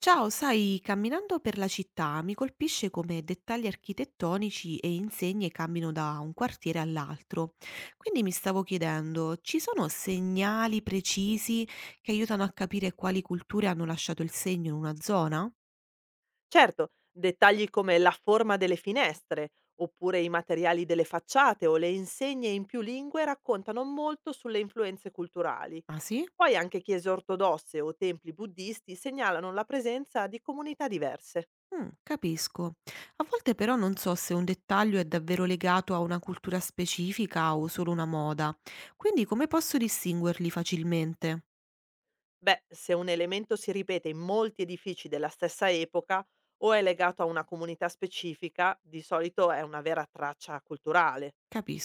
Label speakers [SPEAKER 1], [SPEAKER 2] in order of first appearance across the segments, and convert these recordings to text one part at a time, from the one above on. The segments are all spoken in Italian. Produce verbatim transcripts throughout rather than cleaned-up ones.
[SPEAKER 1] Ciao, sai, camminando per la città mi colpisce come dettagli architettonici e insegne cambino da un quartiere all'altro. Quindi mi stavo chiedendo, ci sono segnali precisi che aiutano a capire quali culture hanno lasciato il segno in una zona?
[SPEAKER 2] Certo, dettagli come la forma delle finestre, oppure i materiali delle facciate o le insegne in più lingue raccontano molto sulle influenze culturali.
[SPEAKER 1] Ah sì?
[SPEAKER 2] Poi anche chiese ortodosse o templi buddisti segnalano la presenza di comunità diverse.
[SPEAKER 1] Mm, capisco. A volte però non so se un dettaglio è davvero legato a una cultura specifica o solo una moda. Quindi come posso distinguerli facilmente?
[SPEAKER 2] Beh, se un elemento si ripete in molti edifici della stessa epoca o è legato a una comunità specifica, di solito è una vera traccia culturale.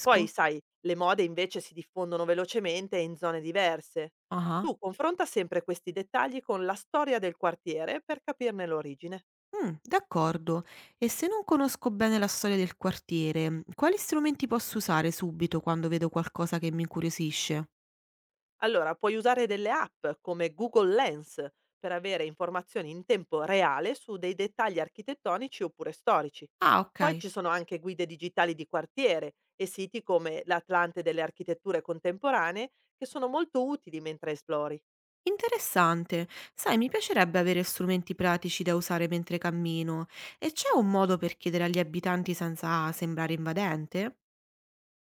[SPEAKER 2] Poi, sai, le mode invece si diffondono velocemente in zone diverse.
[SPEAKER 1] Ah.
[SPEAKER 2] Tu confronta sempre questi dettagli con la storia del quartiere per capirne l'origine.
[SPEAKER 1] Mh, d'accordo. E se non conosco bene la storia del quartiere, quali strumenti posso usare subito quando vedo qualcosa che mi incuriosisce?
[SPEAKER 2] Allora, puoi usare delle app come Google Lens per avere informazioni in tempo reale su dei dettagli architettonici oppure storici.
[SPEAKER 1] Ah,
[SPEAKER 2] Poi
[SPEAKER 1] okay.
[SPEAKER 2] ci sono anche guide digitali di quartiere e siti come l'Atlante delle architetture contemporanee che sono molto utili mentre esplori.
[SPEAKER 1] Interessante. Sai, mi piacerebbe avere strumenti pratici da usare mentre cammino. E c'è un modo per chiedere agli abitanti senza sembrare invadente?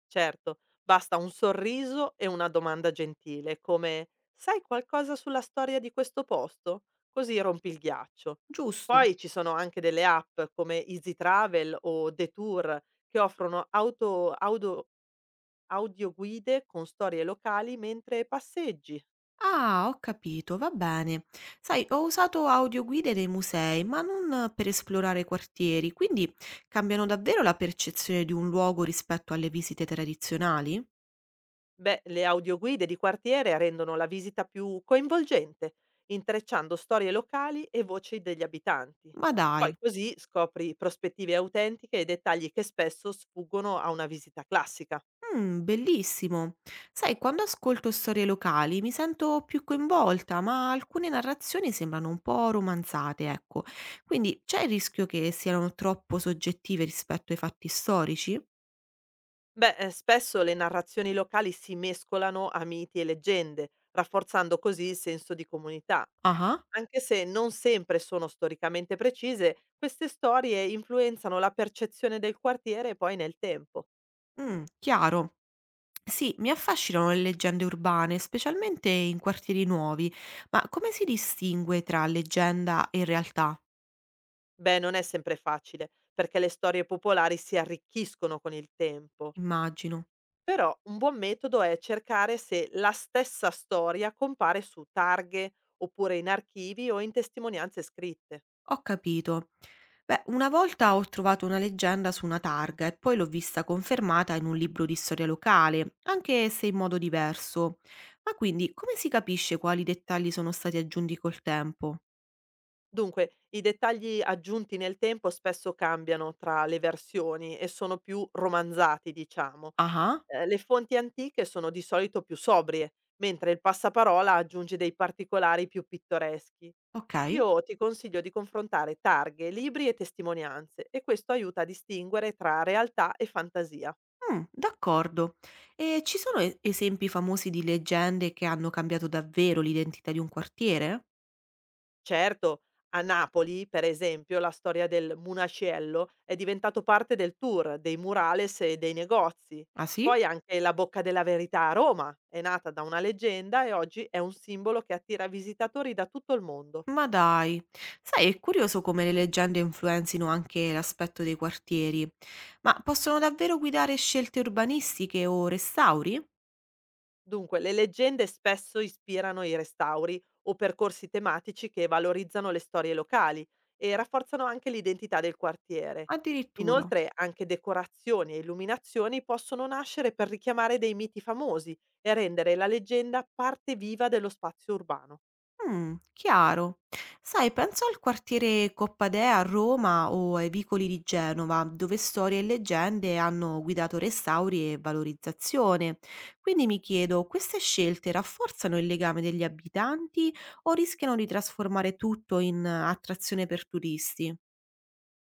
[SPEAKER 2] Certo, basta un sorriso e una domanda gentile, come: "Sai qualcosa sulla storia di questo posto?" Così rompi il ghiaccio.
[SPEAKER 1] Giusto.
[SPEAKER 2] Poi ci sono anche delle app come Easy Travel o Detour che offrono auto audo audioguide con storie locali mentre passeggi.
[SPEAKER 1] Ah, ho capito, va bene. Sai, ho usato audioguide nei musei, ma non per esplorare quartieri, quindi cambiano davvero la percezione di un luogo rispetto alle visite tradizionali?
[SPEAKER 2] Beh, le audioguide di quartiere rendono la visita più coinvolgente, intrecciando storie locali e voci degli abitanti.
[SPEAKER 1] Ma dai,
[SPEAKER 2] Poi così scopri prospettive autentiche e dettagli che spesso sfuggono a una visita classica.
[SPEAKER 1] mm, bellissimo. Sai, quando ascolto storie locali mi sento più coinvolta, ma alcune narrazioni sembrano un po' romanzate, ecco. Quindi c'è il rischio che siano troppo soggettive rispetto ai fatti storici?
[SPEAKER 2] Beh, eh, spesso le narrazioni locali si mescolano a miti e leggende, rafforzando così il senso di comunità.
[SPEAKER 1] Ah,
[SPEAKER 2] Anche se non sempre sono storicamente precise, queste storie influenzano la percezione del quartiere poi nel tempo.
[SPEAKER 1] ah, mm, chiaro. Sì, mi affascinano le leggende urbane, specialmente in quartieri nuovi, ma come si distingue tra leggenda e realtà?
[SPEAKER 2] Beh, non è sempre facile, perché le storie popolari si arricchiscono con il tempo.
[SPEAKER 1] Immagino.
[SPEAKER 2] Però un buon metodo è cercare se la stessa storia compare su targhe, oppure in archivi o in testimonianze scritte.
[SPEAKER 1] Ho capito. Beh, una volta ho trovato una leggenda su una targa e poi l'ho vista confermata in un libro di storia locale, anche se in modo diverso. Ma quindi come si capisce quali dettagli sono stati aggiunti col tempo?
[SPEAKER 2] Dunque, i dettagli aggiunti nel tempo spesso cambiano tra le versioni e sono più romanzati, diciamo,
[SPEAKER 1] Ah,
[SPEAKER 2] ehm, le fonti antiche sono di solito più sobrie, mentre il passaparola aggiunge dei particolari più pittoreschi.
[SPEAKER 1] ok.
[SPEAKER 2] Io ti consiglio di confrontare targhe, libri e testimonianze e questo aiuta a distinguere tra realtà e fantasia.
[SPEAKER 1] Mh, d'accordo. E ci sono e esempi famosi di leggende che hanno cambiato davvero l'identità di un quartiere?
[SPEAKER 2] Certo, a Napoli, per esempio, la storia del Munaciello è diventato parte del tour, dei murales e dei negozi.
[SPEAKER 1] Ah sì?
[SPEAKER 2] Poi anche la Bocca della Verità a Roma è nata da una leggenda e oggi è un simbolo che attira visitatori da tutto il mondo.
[SPEAKER 1] Ma dai. Sai, è curioso come le leggende influenzino anche l'aspetto dei quartieri. Ma possono davvero guidare scelte urbanistiche o restauri?
[SPEAKER 2] Dunque, le leggende spesso ispirano i restauri o percorsi tematici che valorizzano le storie locali e rafforzano anche l'identità del quartiere.
[SPEAKER 1] Addirittura.
[SPEAKER 2] Inoltre, anche decorazioni e illuminazioni possono nascere per richiamare dei miti famosi e rendere la leggenda parte viva dello spazio urbano.
[SPEAKER 1] Mh, chiaro. Sai, penso al quartiere Coppadea a Roma o ai vicoli di Genova, dove storie e leggende hanno guidato restauri e valorizzazione. Quindi mi chiedo, queste scelte rafforzano il legame degli abitanti o rischiano di trasformare tutto in eh, attrazione per turisti?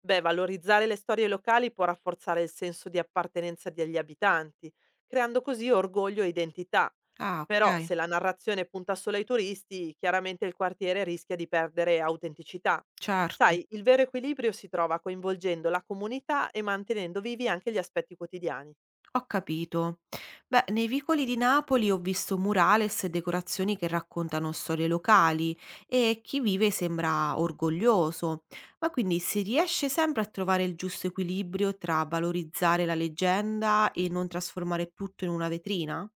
[SPEAKER 2] Beh, valorizzare le storie locali può rafforzare il senso di appartenenza degli abitanti, creando così orgoglio e identità.
[SPEAKER 1] Ah,
[SPEAKER 2] Però
[SPEAKER 1] okay,
[SPEAKER 2] se la narrazione punta solo ai turisti, chiaramente il quartiere rischia di perdere autenticità.
[SPEAKER 1] certo.
[SPEAKER 2] Sai, il vero equilibrio si trova coinvolgendo la comunità e mantenendo vivi anche gli aspetti quotidiani.
[SPEAKER 1] Ho capito. Beh, nei vicoli di Napoli ho visto murales e decorazioni che raccontano storie locali e chi vive sembra orgoglioso. Ma quindi si riesce sempre a trovare il giusto equilibrio tra valorizzare la leggenda e non trasformare tutto in una vetrina?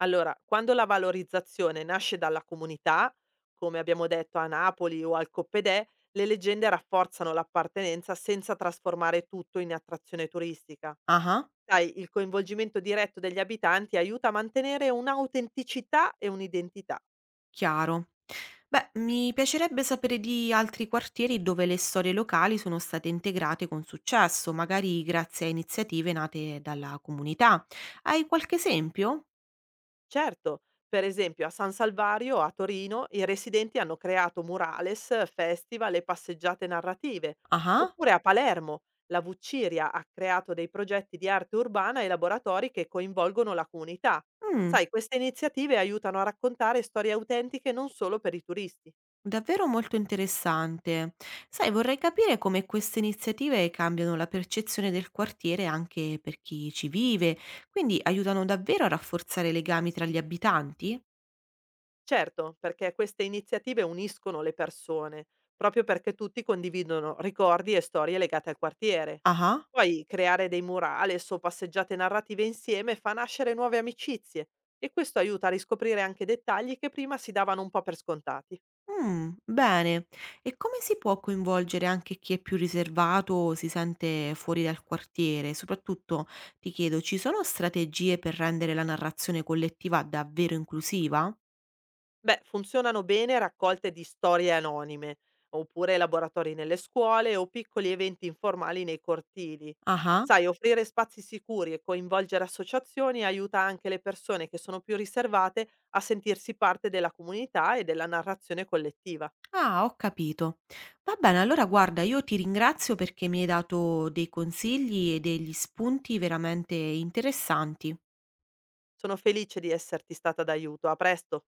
[SPEAKER 2] Allora, quando la valorizzazione nasce dalla comunità, come abbiamo detto a Napoli o al Coppedè, le leggende rafforzano l'appartenenza senza trasformare tutto in attrazione turistica.
[SPEAKER 1] Ah,
[SPEAKER 2] Sai, il coinvolgimento diretto degli abitanti aiuta a mantenere un'autenticità e un'identità.
[SPEAKER 1] chiaro. Beh, mi piacerebbe sapere di altri quartieri dove le storie locali sono state integrate con successo, magari grazie a iniziative nate dalla comunità. Hai qualche esempio?
[SPEAKER 2] Certo, per esempio a San Salvario a Torino i residenti hanno creato murales, festival e passeggiate narrative,
[SPEAKER 1] Ah-ah.
[SPEAKER 2] oppure a Palermo la Vucciria ha creato dei progetti di arte urbana e laboratori che coinvolgono la comunità.
[SPEAKER 1] Mh,
[SPEAKER 2] Sai, queste iniziative aiutano a raccontare storie autentiche non solo per i turisti.
[SPEAKER 1] davvero molto interessante. Sai, vorrei capire come queste iniziative cambiano la percezione del quartiere anche per chi ci vive, quindi aiutano davvero a rafforzare i legami tra gli abitanti?
[SPEAKER 2] Certo, perché queste iniziative uniscono le persone, proprio perché tutti condividono ricordi e storie legate al quartiere.
[SPEAKER 1] Ah-ah.
[SPEAKER 2] Poi creare dei murales o passeggiate narrative insieme fa nascere nuove amicizie e questo aiuta a riscoprire anche dettagli che prima si davano un po' per scontati.
[SPEAKER 1] Mh, bene. E come si può coinvolgere anche chi è più riservato o si sente fuori dal quartiere? Soprattutto, ti chiedo, ci sono strategie per rendere la narrazione collettiva davvero inclusiva?
[SPEAKER 2] Beh, funzionano bene raccolte di storie anonime, oppure laboratori nelle scuole o piccoli eventi informali nei cortili.
[SPEAKER 1] Ah-ah.
[SPEAKER 2] Sai, offrire spazi sicuri e coinvolgere associazioni aiuta anche le persone che sono più riservate a sentirsi parte della comunità e della narrazione collettiva.
[SPEAKER 1] Ah, ho capito. Va bene, allora guarda, io ti ringrazio perché mi hai dato dei consigli e degli spunti veramente interessanti.
[SPEAKER 2] Sono felice di esserti stata d'aiuto. A presto.